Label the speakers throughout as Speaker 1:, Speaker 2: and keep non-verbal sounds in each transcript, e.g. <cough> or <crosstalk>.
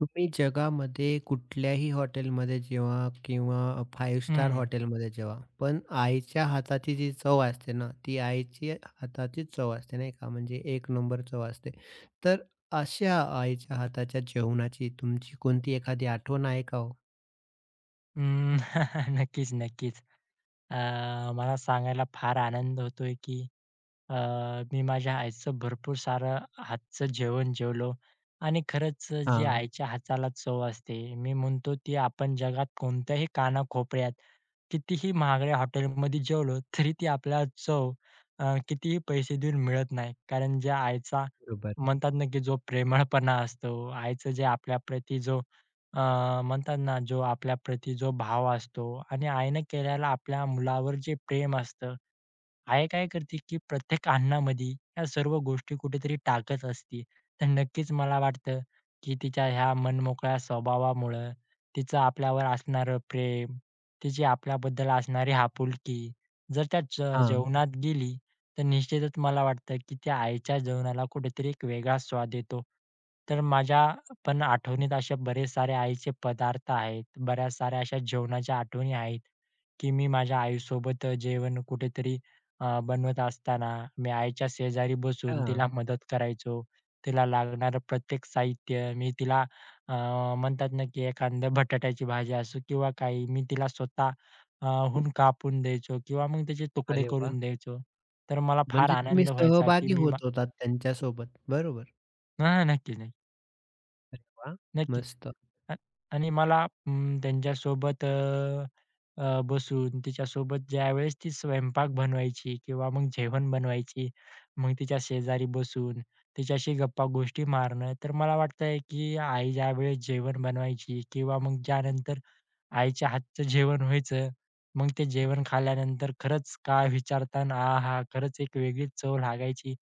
Speaker 1: तुम्ही जगामध्ये कुठल्याही हॉटेलमध्ये जेवा किंवा फाइव्ह स्टार
Speaker 2: हं.
Speaker 1: हॉटेलमध्ये जेवा, पण आईच्या हाताची जी चव असते ना, ती आईची हाताचीच चव असते नाही का, म्हणजे एक नंबर चव असते. तर अशा आईच्या हाताच्या जेवणाची तुमची कोणती एखादी आठवण आहे का हो?
Speaker 2: अं, <laughs> नक्कीच, नक्कीच. अ, मला सांगायला फार आनंद होतोय, की अ, मी माझ्या आईचं भरपूर सारं हातचं जेवण जेवलो आणि खरंच जे
Speaker 1: हां,
Speaker 2: आईच्या हाताला चव असते, मी म्हणतो ती आपण जगात कोणत्याही कानाकोपऱ्यात, कितीही महागड्या हॉटेलमध्ये जेवलो, तरी ती आपल्याला कितीही पैसे देऊन मिळत नाही. कारण ज्या आईचा
Speaker 1: बरोबर.
Speaker 2: म्हणतात ना, की जो प्रेमळपणा असतो, आईचं जे आपल्याप्रती जो अ, म्हणतात ना, जो आपल्याप्रती जो भाव असतो आणि आईनं केलेला आपल्या मुलावर जे प्रेम असतं, आई काय करते, की प्रत्येक अन्नामध्ये ह्या सर्व गोष्टी कुठेतरी टाकत असते. तर नक्कीच मला वाटतं, की तिच्या ह्या मनमोकळ्या स्वभावामुळं तिचं आपल्यावर असणारं प्रेम, तिची आपल्याबद्दल असणारी आपुलकी जर त्या
Speaker 1: हां,
Speaker 2: जेवणात गेली, तर निश्चितच मला वाटतं, की त्या आईच्या जेवणाला कुठेतरी एक वेगळा स्वाद येतो. तर माझ्या पण आठवणीत असे बरेच सारे आईचे पदार्थ आहेत. बऱ्याच साऱ्या अशा जेवणाच्या आठवणी आहेत, की मी माझ्या आईसोबत जेवण कुठेतरी बनवत असताना मी आईच्या शेजारी बसून
Speaker 1: हां.
Speaker 2: तिला मदत करायचो. तिला लागणारं प्रत्येक साहित्य मी अ, म्हणतात ना, की एखाद्या बटाट्याची भाजी असो किंवा काही मी तिला स्वतः अ, हून कापून द्यायचो किंवा मग त्याचे तुकडे
Speaker 1: अरे वाह!
Speaker 2: करून द्यायचो. तर मला फार
Speaker 1: म्हणजे तुम्ही
Speaker 2: आनंद व्हायचा, की
Speaker 1: सहभागी
Speaker 2: मी मा
Speaker 1: होत होतात त्यांच्यासोबत. बरोबर.
Speaker 2: हां, नक्कीच, नक्की.
Speaker 1: अरे वाह!
Speaker 2: नक्कीच.
Speaker 1: मस्त.
Speaker 2: आ आणि मला अं, त्यांच्यासोबत अ, अ, बसून तिच्यासोबत ज्यावेळेस ती स्वयंपाक बनवायची किंवा मग जेवण बनवायची, मग तिच्या शेजारी बसून तिच्याशी गप्पा गोष्टी मारणं, तर मला वाटतंय की आई ज्यावेळेस जेवण बनवायची किंवा मग त्यानंतर आईच्या हातचं जेवण व्हायचं. मग ते जेवण खाल्ल्यानंतर खरंच काय विचारताना आहा! खरंच एक वेगळीच चव लागायची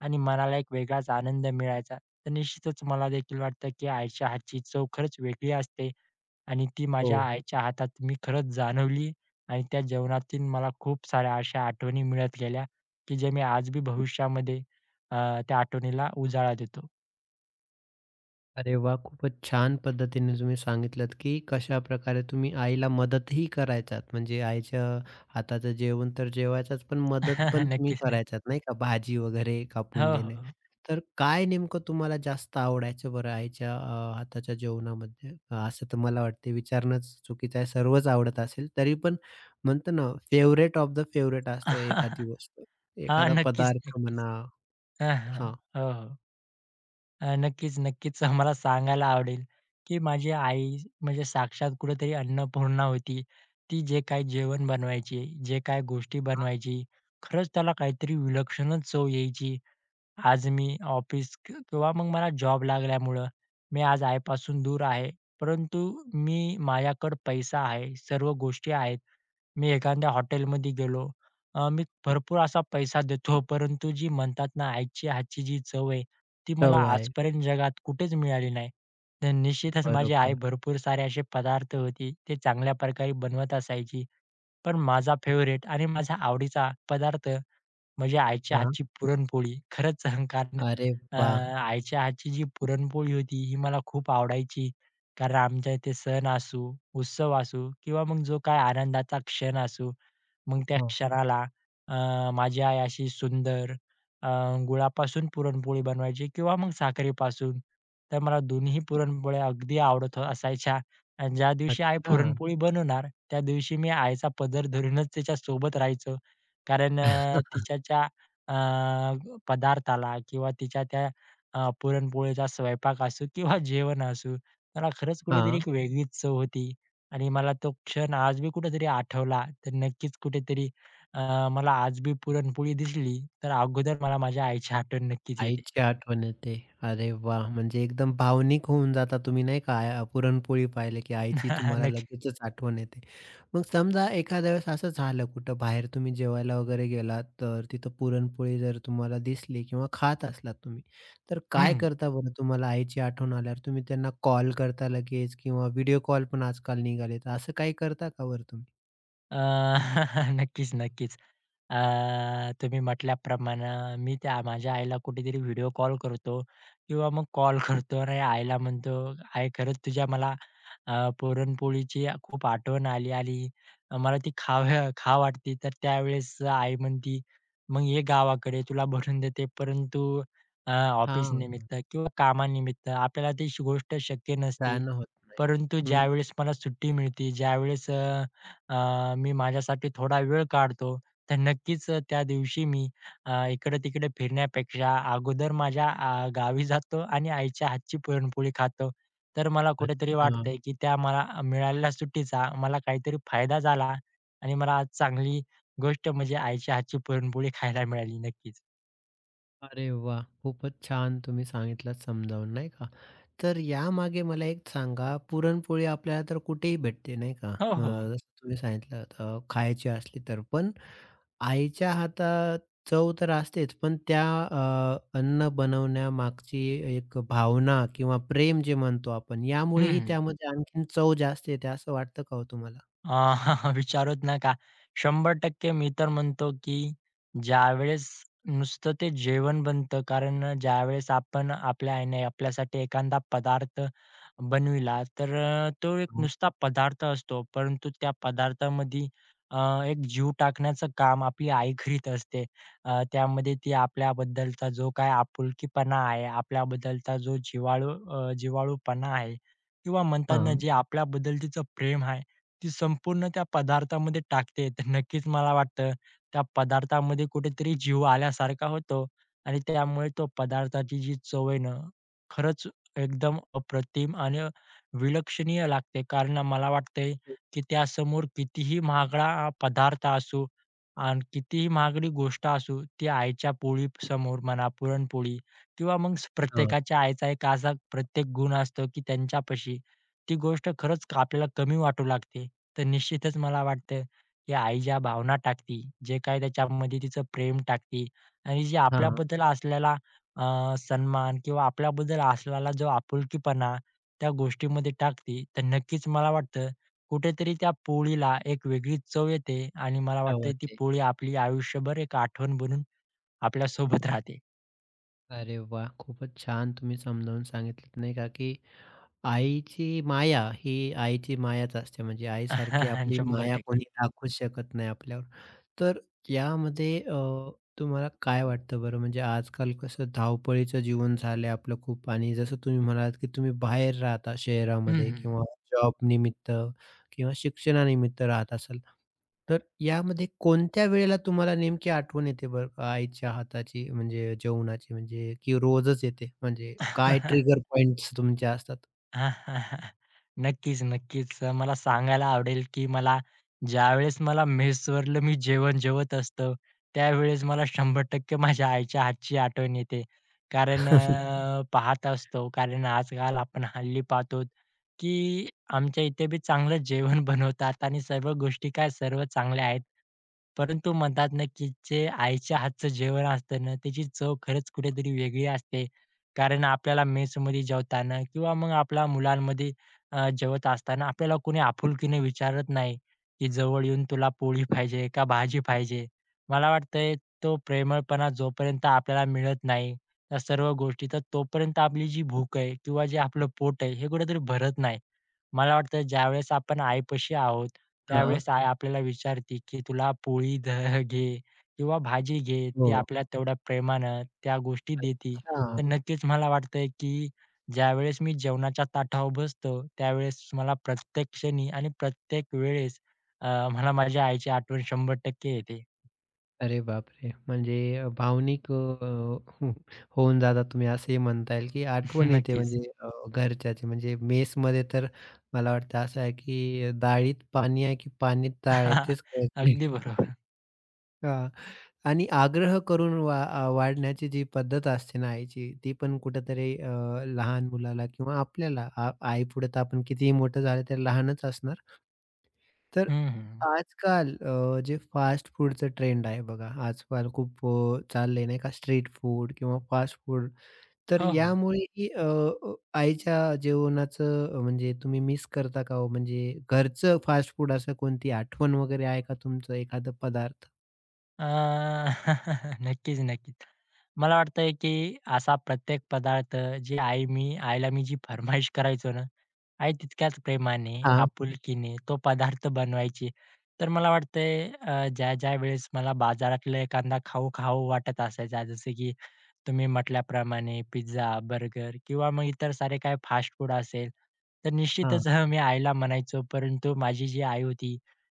Speaker 2: आणि मनाला एक वेगळाच आनंद मिळायचा. तर निश्चितच मला देखील वाटतं, की आईच्या हातची चव खरंच वेगळी असते आणि ती
Speaker 1: हो.
Speaker 2: माझ्या आईच्या हातात मी खरंच जाणवली आणि त्या जेवणातून मला खूप साऱ्या अशा आठवणी मिळत गेल्या, की जे मी आज बी भविष्यामध्ये अ, त्या आठवणीला उजाळा देतो.
Speaker 1: अरे वाह! खूपच छान पद्धतीने तुम्ही सांगितलत, की कशाप्रकारे तुम्ही आईला मदतही करायचात. म्हणजे आईच्या हाताचं जेवण तर जेवायचाच, पण मदत पण
Speaker 2: <laughs>
Speaker 1: तुम्ही
Speaker 2: नक्कीच, नक्कीच.
Speaker 1: करायचात, नाही का? भाजी वगैरे
Speaker 2: हो,
Speaker 1: कापून देणे.
Speaker 2: हो.
Speaker 1: तर काय नेमकं तुम्हाला जास्त आवडायचं बरं आईच्या हाताच्या जेवणामध्ये? असं तर मला वाटते विचारणंच चुकीचं आहे. सर्वच आवडत असेल, तरी पण म्हणतो ना फेव्हरेट ऑफ द फेव्हरेट असतं एखादी
Speaker 2: <laughs> हां,
Speaker 1: गोष्ट. एखादा
Speaker 2: नक्कीच,
Speaker 1: पदार्थ
Speaker 2: नक्कीच.
Speaker 1: म्हणा
Speaker 2: हां, हां.
Speaker 1: हां,
Speaker 2: हो, हो. नक्कीच, नक्कीच मला सांगायला आवडेल, की माझी आई म्हणजे साक्षात कुठेतरी अन्नपूर्णा होती. ती जे काही जेवण बनवायची, जे काही गोष्टी बनवायची, खरंच त्याला काहीतरी विलक्षणच चव यायची. आज मी ऑफिस किंवा मग मला जॉब लागल्यामुळं मी आज आईपासून दूर आहे. परंतु मी माझ्याकडे पैसा आहे, सर्व गोष्टी आहेत. मी एखाद्या हॉटेलमध्ये गेलो, मी भरपूर असा पैसा देतो, परंतु जी म्हणतात ना आईच्या हातची जी चव आहे, ती मला
Speaker 1: चव आहे.
Speaker 2: आजपर्यंत जगात कुठेच मिळाली नाही. तर निश्चितच माझी आई
Speaker 1: बरोबर.
Speaker 2: भरपूर सारे असे पदार्थ होती, ते चांगल्या प्रकारे बनवत असायची. पण माझा फेव्हरेट आणि माझा आवडीचा पदार्थ म्हणजे आईच्या
Speaker 1: हां.
Speaker 2: हातची पुरणपोळी. खरंच <laughs> कारण
Speaker 1: अरे
Speaker 2: अ,
Speaker 1: वाह!
Speaker 2: आईच्या हातची जी पुरणपोळी होती ही मला खूप आवडायची. कारण आमच्या इथे सण असू, उत्सव असू किंवा मग जो काय आनंदाचा क्षण असू, मग त्या
Speaker 1: हां.
Speaker 2: क्षणाला माझी आई अशी सुंदर अ, गुळापासून पुरणपोळी बनवायची किंवा मग साखरेपासून. तर मला दोन्हीही पुरणपोळ्या अगदी असायच्या आणि ज्या दिवशी आई
Speaker 1: अच्छा.
Speaker 2: पुरणपोळी बनवणार, त्या दिवशी मी आईचा पदर धरूनच त्याच्यासोबत राहायचो. कारण
Speaker 1: <laughs>
Speaker 2: तिच्या त्या अ, पदार्थाला किंवा तिच्या त्या पुरणपोळीचा स्वयंपाक असो किंवा जेवण असो, मला खरंच कुठेतरी
Speaker 1: हां.
Speaker 2: एक वेगळीच चव होती आणि मला तो क्षण आज बी कुठेतरी आठवला, तर नक्कीच कुठेतरी अ, मला आज बी पुरणपोळी दिसली, तर अगोदर मला माझ्या आईची आठवण नक्कीच येते.
Speaker 1: आईची आठवण येते. अरे वाह! म्हणजे एकदम भावनिक होऊन जाता तुम्ही नाही का? आ पुरणपोळी पाहिली की आईची
Speaker 2: <laughs>
Speaker 1: तुम्हाला
Speaker 2: नक्की.
Speaker 1: लगेचच आठवण येते. मग समजा एखाद्या वेळेस असं झालं कुठं बाहेर तुम्ही जेवायला वगैरे गेलात, तर तिथं पुरणपोळी जर तुम्हाला दिसली किंवा खात असलात तुम्ही, तर काय
Speaker 2: हं.
Speaker 1: करता बरं तुम्हाला आईची आठवण आल्यावर? तुम्ही त्यांना कॉल करता लगेच किंवा व्हिडिओ कॉल पण आजकाल निघालेत. असं काही करता का बरं तुम्ही?
Speaker 2: अ, <laughs> नक्कीच, नक्कीच. तुम्ही म्हटल्याप्रमाणे मी त्या माझ्या आईला कुठेतरी व्हिडिओ कॉल करतो किंवा मग कॉल करतो आणि आईला म्हणतो, "आई खरंच तुझ्या मला पुरणपोळीची खूप आठवण आली आणि मला ती खावं वाटते." तर त्यावेळेस आई म्हणती, "मग ये गावाकडे तुला बनवून देते." परंतु
Speaker 1: हां.
Speaker 2: ऑफिसनिमित्त किंवा कामानिमित्त आपल्याला ती गोष्ट शक्य नसते.
Speaker 1: त्यानं होत नाही.
Speaker 2: परंतु
Speaker 1: हं.
Speaker 2: ज्यावेळेस मला सुट्टी मिळते, ज्यावेळेस अ, अ, मी माझ्यासाठी थोडा वेळ काढतो तर नक्कीच त्या दिवशी मी इकडे-तिकडे फिरण्यापेक्षा अगोदर माझ्या गावी जातो आणि आईच्या हातची पुरणपोळी खातो. तर मला कुठेतरी
Speaker 1: अच्छा.
Speaker 2: वाटतंय, की त्या मला मिळालेल्या सुट्टीचा मला काहीतरी फायदा झाला आणि मला आज चांगली गोष्ट म्हणजे आईच्या हातची पुरणपोळी खायला मिळाली. नक्कीच.
Speaker 1: अरे वाह! खूपच छान तुम्ही सांगितलंत समजावून, नाही का? तर यामागे मला एक सांगा, पुरणपोळी आपल्याला तर कुठेही भेटते, नाही का?
Speaker 2: हो, हो.
Speaker 1: जसं तुम्ही सांगितलं खायची असली तर. पण आईच्या हातात चव तर असतेच, पण त्या अन्न बनवण्यामागची एक भावना किंवा प्रेम जे म्हणतो आपण, यामुळेही
Speaker 2: हं.
Speaker 1: त्यामध्ये आणखीन चव जास्त येते, असं वाटतं का हो तुम्हाला?
Speaker 2: अ, <laughs> विचारूच नका. 100% मी तर म्हणतो, की ज्यावेळेस नुसतं ते जेवण बनतं, कारण ज्यावेळेस आपण आपल्या आईने आपल्यासाठी एखादा पदार्थ बनविला, तर तो एक
Speaker 1: हं.
Speaker 2: नुसता पदार्थ असतो, परंतु त्या पदार्थामध्ये अ, एक जीव टाकण्याचं काम आपली आई करीत असते. त्यामध्ये ती आपल्याबद्दलचा जो काही आपुलकीपणा आहे, आपल्याबद्दलचा जो जिव्हाळूपणा आहे किंवा म्हणतात ना,
Speaker 1: हां.
Speaker 2: जे आपल्याबद्दल तिचं प्रेम आहे ती संपूर्ण त्या पदार्थामध्ये टाकते, तर नक्कीच मला वाटतं त्या पदार्थामध्ये कुठेतरी जीव आल्यासारखा होतो आणि त्यामुळे तो पदार्थाची जी चव आहे ना, खरंच एकदम अप्रतिम आणि विलक्षणीय लागते. कारण मला वाटतंय, की त्यासमोर कितीही महागडा पदार्थ असू आणि कितीही महागडी गोष्ट असू, ती आईच्या पोळीसमोर म्हणा, पुरणपोळी किंवा मग
Speaker 1: हां,
Speaker 2: प्रत्येकाच्या आईचा एक असा प्रत्येक गुण असतो, की त्यांच्यापाशी ती गोष्ट खरंच आपल्याला कमी वाटू लागते. तर निश्चितच मला वाटतं, की आई ज्या भावना टाकते, जे काही त्याच्यामध्ये तिचं प्रेम टाकती, आणि जे
Speaker 1: हां.
Speaker 2: आपल्याबद्दल असलेला अ, सन्मान किंवा आपल्याबद्दल असलेला जो आपुलकीपणा त्या गोष्टीमध्ये टाकते, तर नक्कीच मला वाटतं कुठेतरी त्या पोळीला एक वेगळी चव येते आणि मला
Speaker 1: चव
Speaker 2: वाटतं ती
Speaker 1: येते.
Speaker 2: पोळी आपली आयुष्यभर एक आठवण बनून आपल्यासोबत राहते.
Speaker 1: अरे वाह! खूपच छान तुम्ही समजावून सांगितलंत, नाही का, की आईची माया ही आईची मायाच असते. म्हणजे आईसारखी
Speaker 2: <laughs>
Speaker 1: आपली माया
Speaker 2: 100%.
Speaker 1: कोणी दाखवूच शकत नाही आपल्यावर. तर यामध्ये तुम्हाला काय वाटतं बरं? म्हणजे आजकाल कसं धावपळीचं जीवन झालंय आपलं खूप आणि जसं तुम्ही म्हणालात, की तुम्ही बाहेर राहता
Speaker 2: हं,
Speaker 1: शहरामध्ये
Speaker 2: हं.
Speaker 1: किंवा जॉबनिमित्त किंवा शिक्षणानिमित्त राहत असाल. तर यामध्ये कोणत्या वेळेला तुम्हाला नेमकी आठवण येते बरं का आईच्या हाताची म्हणजे जेवणाची म्हणजे की रोजच येते? म्हणजे काय
Speaker 2: <laughs>
Speaker 1: ट्रिगर पॉइंट्स तुमचे असतात?
Speaker 2: <laughs> नक्कीच, नक्कीच. मला सांगायला आवडेल, की ज्यावेळेस मला मेसवरलं मी जेवण जेवत असतो, त्यावेळेस मला 100% माझ्या आईच्या हातची आठवण येते.
Speaker 1: <laughs>
Speaker 2: कारण आजकाल आपण हल्ली पाहतो, की आमच्या इथे बी चांगलं जेवण <laughs> बनवतात आणि सर्व गोष्टी काय सर्व चांगल्या आहेत. परंतु म्हणतात ना, की जे आईच्या हातचं जेवण असतं ना, त्याची चव खरंच कुठेतरी वेगळी असते. कारण आपल्याला मेसमध्ये जेवताना किंवा मग आपल्या मुलांमध्ये जेवत असताना आपल्याला कोणी आपुलकीने विचारत नाही, की जवळ येऊन तुला पोळी पाहिजे का भाजी पाहिजे? मला वाटतंय तो प्रेमळपणा जोपर्यंत आपल्याला मिळत नाही, त्या सर्व गोष्टी तर तोपर्यंत आपली जी भूक आहे किंवा जे आपलं पोट आहे हे कुठेतरी भरत नाही. मला वाटतं ज्यावेळेस आपण आईपाशी आहोत,
Speaker 1: हां.
Speaker 2: त्यावेळेस आई आपल्याला विचारते, की "तुला पोळी घे किंवा भाजी घे." ती
Speaker 1: हो.
Speaker 2: आपल्याला तेवढ्या प्रेमानं त्या गोष्टी देते.
Speaker 1: अच्छा.
Speaker 2: तर नक्कीच मला वाटतंय की ज्यावेळेस मी जेवणाच्या ताटावर बसतो, त्यावेळेस मला प्रत्येक क्षणी आणि प्रत्येक वेळेस अ, मला माझ्या आईची आठवण 100% येते.
Speaker 1: अरे बापरे! म्हणजे भावनिक हं, होऊन जाता तुम्ही असंही म्हणता येईल, की
Speaker 2: <laughs>
Speaker 1: आठवण येते
Speaker 2: नक्कीच.
Speaker 1: म्हणजे घरच्याची. म्हणजे मेसमध्ये तर मला वाटतं असं आहे, की डाळीत पाणी आहे, की पाणीत डाळ आहे
Speaker 2: <laughs>
Speaker 1: तेच कळत
Speaker 2: अगदी
Speaker 1: नाही.
Speaker 2: बरोबर.
Speaker 1: हां. आणि आग्रह करून वा वाढण्याची जी पद्धत असते ना आईची, ती पण कुठेतरी लहान मुलाला किंवा आपल्याला आ आईपुढे तर आपण कितीही मोठं झालं, तर लहानच असणार. तर
Speaker 2: हं, हं.
Speaker 1: आजकाल जे फास्ट फूडचं ट्रेंड आहे बघा, आजकाल खूप चाललंय नाही का स्ट्रीट फूड किंवा फास्ट फूड. तर
Speaker 2: हो, हो.
Speaker 1: यामुळेही अ, आईच्या जेवणाचं म्हणजे तुम्ही मिस करता का हो? म्हणजे घरचं फास्ट फूड असं कोणती आठवण वगैरे आहे का तुमचं एखादा पदार्थ?
Speaker 2: अ, <laughs> नक्कीच, नक्कीच. मला वाटतंय की असा प्रत्येक पदार्थ जे आई मी आईला मी जी फर्माईश करायचो ना, आहे तितक्याच प्रेमाने,
Speaker 1: हां,
Speaker 2: आपुलकीने तो पदार्थ बनवायची. तर मला वाटतंय ज्या-ज्या वेळेस मला बाजारातला एखादा खाऊ खावं वाटत असायचा, जसं की तुम्ही म्हटल्याप्रमाणे पिझ्झा, बर्गर किंवा मग इतर सारे काय फास्ट फूड असेल, तर
Speaker 1: हां,
Speaker 2: निश्चितच हं, मी आईला म्हणायचो. परंतु माझी जी आई होती,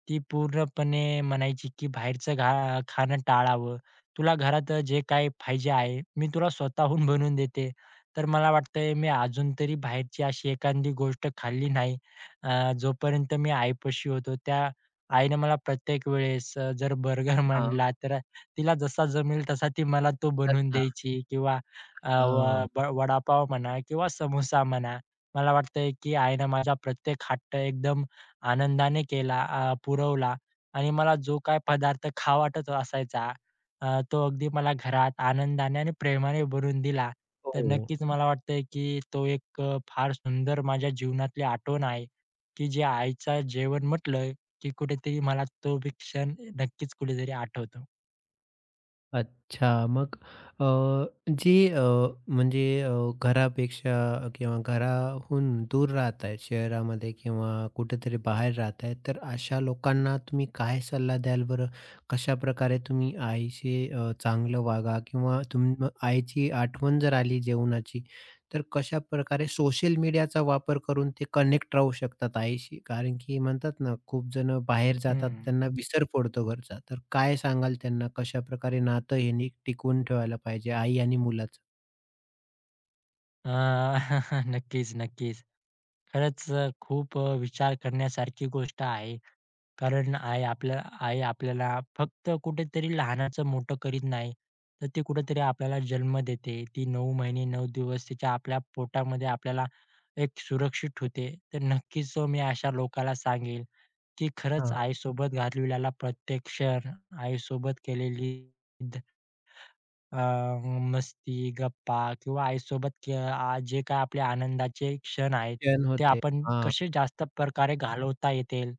Speaker 2: ती पूर्णपणे म्हणायची, की "बाहेरचं खाणं टाळावं. तुला घरात जे काही पाहिजे आहे, मी तुला स्वतःहून बनवून देते." तर मला वाटतंय मी अजून तरी बाहेरची अशी एखादी गोष्ट खाल्ली नाही. जोपर्यंत मी आईपाशी होतो त्या आईनं मला प्रत्येक वेळेस जर बर्गर <laughs>
Speaker 1: हां.
Speaker 2: म्हणला तर तिला जसा जमेल तसा ती मला तो बनवून
Speaker 1: अच्छा.
Speaker 2: द्यायची किंवा अ, व
Speaker 1: हां.
Speaker 2: ब वडापाव म्हणा किंवा समोसा म्हणा. मला वाटतंय की आईनं माझा प्रत्येक हट्ट एकदम आनंदाने केला, पुरवला आणि मला जो काही पदार्थ खावा वाटत असायचा तो अगदी मला घरात आनंदाने आणि प्रेमाने भरून दिला. तर
Speaker 1: हो.
Speaker 2: नक्कीच मला वाटतंय, की तो एक फार सुंदर माझ्या जीवनातली आठवण आहे, की जे आईचं जेवण म्हटलं, की कुठेतरी मला तो बी क्षण नक्कीच कुठेतरी आठवतो.
Speaker 1: अच्छा. मग अ, जे म्हणजे घरापेक्षा किंवा घराहून दूर राहत आहेत शहरामध्ये किंवा कुठेतरी बाहेर राहत आहेत, तर अशा लोकांना तुम्ही काय सल्ला द्याल बरं? कशाप्रकारे तुम्ही आईशी चांगलं वागा किंवा तुम आईची आठवण जर आली जेवणाची, तर कशा प्रकारे सोशल मीडियाचा वापर करून ते कनेक्ट राहू शकतात आईशी? कारण की म्हणतात ना, खूप जण बाहेर जातात,
Speaker 2: हं.
Speaker 1: त्यांना विसर पडतो घरचा. तर काय सांगाल त्यांना कशा प्रकारे नातं ह्यांनी टिकवून ठेवायला पाहिजे आई आणि मुलाचं?
Speaker 2: अ, <laughs> नक्कीच, नक्कीच. खरंच खूप विचार करण्यासारखी गोष्ट आहे. कारण आई आपल्याला फक्त कुठेतरी लहानाचं मोठं करीत नाही, तर ती कुठेतरी आपल्याला जन्म देते. ती 9 महिने 9 दिवस तिच्या आपल्या पोटामध्ये आपल्याला एक सुरक्षित ठेवते. तर नक्कीच मी अशा लोकाला सांगेल, की खरंच
Speaker 1: हां,
Speaker 2: आईसोबत घालविलेला प्रत्येक क्षण, आईसोबत केलेली अ, मस्ती, गप्पा किंवा जे काही आपले आनंदाचे क्षण आहेत,
Speaker 1: क्षण
Speaker 2: ते
Speaker 1: होते.
Speaker 2: आपण
Speaker 1: हां,
Speaker 2: कसे जास्त प्रकारे घालवता येतील,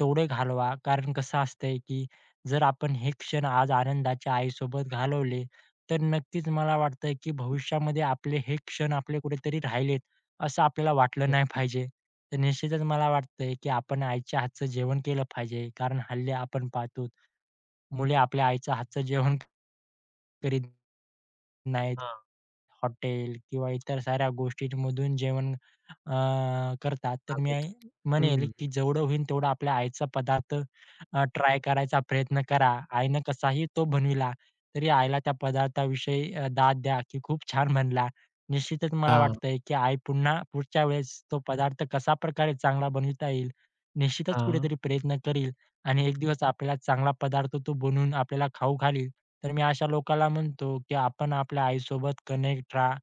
Speaker 2: तेवढे घालवा. कारण कसं असतंय, की जर आपण हे क्षण आज आनंदाच्या आईसोबत घालवले, तर नक्कीच मला वाटतंय, की भविष्यामध्ये आपले हे क्षण आपले कुठेतरी राहिलेत, असं आपल्याला वाटलं
Speaker 1: हो.
Speaker 2: नाही पाहिजे. तर निश्चितच मला वाटतंय, की आपण आईच्या हातचं जेवण केलं पाहिजे. कारण हल्ली आपण पाहतो, मुले आपल्या आईच्या हातचं जेवण करीत नाहीत.
Speaker 1: हां,
Speaker 2: हॉटेल किंवा इतर साऱ्या गोष्टींमधून जेवण अ, करतात. तर
Speaker 1: भागवतात.
Speaker 2: म्हणेल,
Speaker 1: हं.
Speaker 2: की जेवढं होईल तेवढा आपल्या आईचा पदार्थ ट्राय करायचा प्रयत्न करा. आईनं कसाही तो बनविला, तरी आईला त्या पदार्थाविषयी दाद द्या, की खूप छान बनला. निश्चितच मला
Speaker 1: हां,
Speaker 2: वाटतंय, की आई पुन्हा पुढच्या वेळेस तो पदार्थ कशाप्रकारे चांगला बनविता येईल, निश्चितच
Speaker 1: हां,
Speaker 2: कुठेतरी प्रयत्न करील आणि एक दिवस आपल्याला चांगला पदार्थ तो बनवून आपल्याला खाऊ घालील. तर मी अशा लोकांना म्हणतो, की आपण आपल्या आईसोबत कनेक्ट राहा.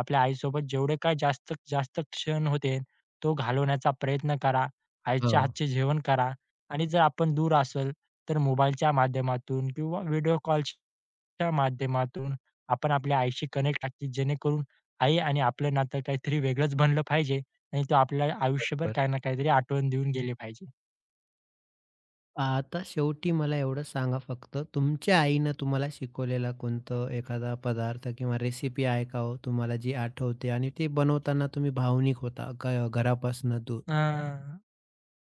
Speaker 2: आपल्या आईसोबत जेवढे काय जास्तीत जास्त क्षण होते, तो घालवण्याचा प्रयत्न करा. आईच्या
Speaker 1: हां.
Speaker 2: हातचे जेवण करा आणि जर आपण दूर असेल, तर मोबाईलच्या माध्यमातून किंवा व्हिडिओ कॉल्सच्या माध्यमातून आपण आपल्या आईशी कनेक्ट राहा, जेणेकरून आई आणि आपलं नातं काहीतरी वेगळंच बनलं पाहिजे आणि तो आपल्याला आयुष्यभर
Speaker 1: बरोबर.
Speaker 2: काही ना काहीतरी आठवण देऊन गेले पाहिजे.
Speaker 1: आता शेवटी मला एवढं सांगा फक्त, तुमच्या आईनं तुम्हाला शिकवलेला कोणतं एखादा पदार्थ किंवा रेसिपी आहे का हो तुम्हाला जी आठवते आणि ते बनवताना तुम्ही भावनिक होता ग घरापासून दूर?
Speaker 2: हां.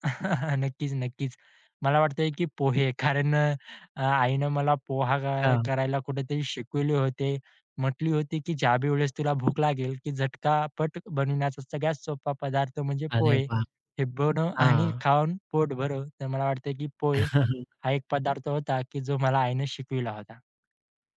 Speaker 2: <laughs> नक्कीच, नक्कीच. मला वाटतंय की पोहे कारण आईनं मला पोहा
Speaker 1: अच्छा.
Speaker 2: करायला कुठेतरी शिकवले होते. म्हटली होती की ज्याबी वेळेस तुला भूक लागेल की झटका-पट बनविण्याचा सगळ्यात सोपा पदार्थ म्हणजे
Speaker 1: अरे
Speaker 2: पोहे.
Speaker 1: वाह!
Speaker 2: हे बनव आणि
Speaker 1: हां.
Speaker 2: खाऊन पोट भरव. तर मला वाटतंय की पोहे
Speaker 1: <laughs>
Speaker 2: हा एक पदार्थ होता की जो मला आईनं शिकविला होता.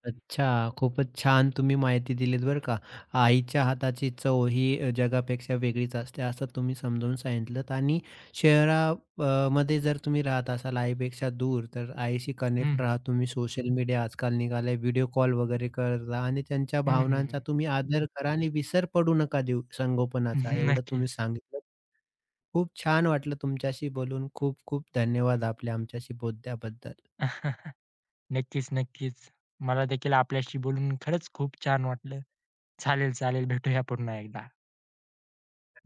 Speaker 1: अच्छा, खूपच छान तुम्ही माहिती दिलीत बरं का. आईच्या हाताची चव ही जगापेक्षा वेगळीच असते असं तुम्ही समजावून सांगितलंत आणि शहरा मध्ये जर तुम्ही राहत असाल आईपेक्षा दूर, तर आईशी कनेक्ट
Speaker 2: हं,
Speaker 1: राहा. तुम्ही सोशल मीडिया आजकाल निघालाय, व्हिडिओ कॉल वगैरे करता आणि त्यांच्या
Speaker 2: हं, हं,
Speaker 1: भावनांचा
Speaker 2: हं.
Speaker 1: तुम्ही आदर करा आणि विसर पडू नका देऊ संगोपनाचा, एवढं तुम्ही
Speaker 2: नक्कीच.
Speaker 1: सांगितलं. खूप छान वाटलं तुमच्याशी बोलून. खूप खूप धन्यवाद आपल्या आमच्याशी बोलल्याबद्दल.
Speaker 2: <laughs> नक्कीच, नक्कीच. मला देखील आपल्याशी बोलून खरंच खूप छान वाटलं. चालेल, चालेल. भेटूया पुन्हा एकदा.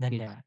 Speaker 2: धन्यवाद.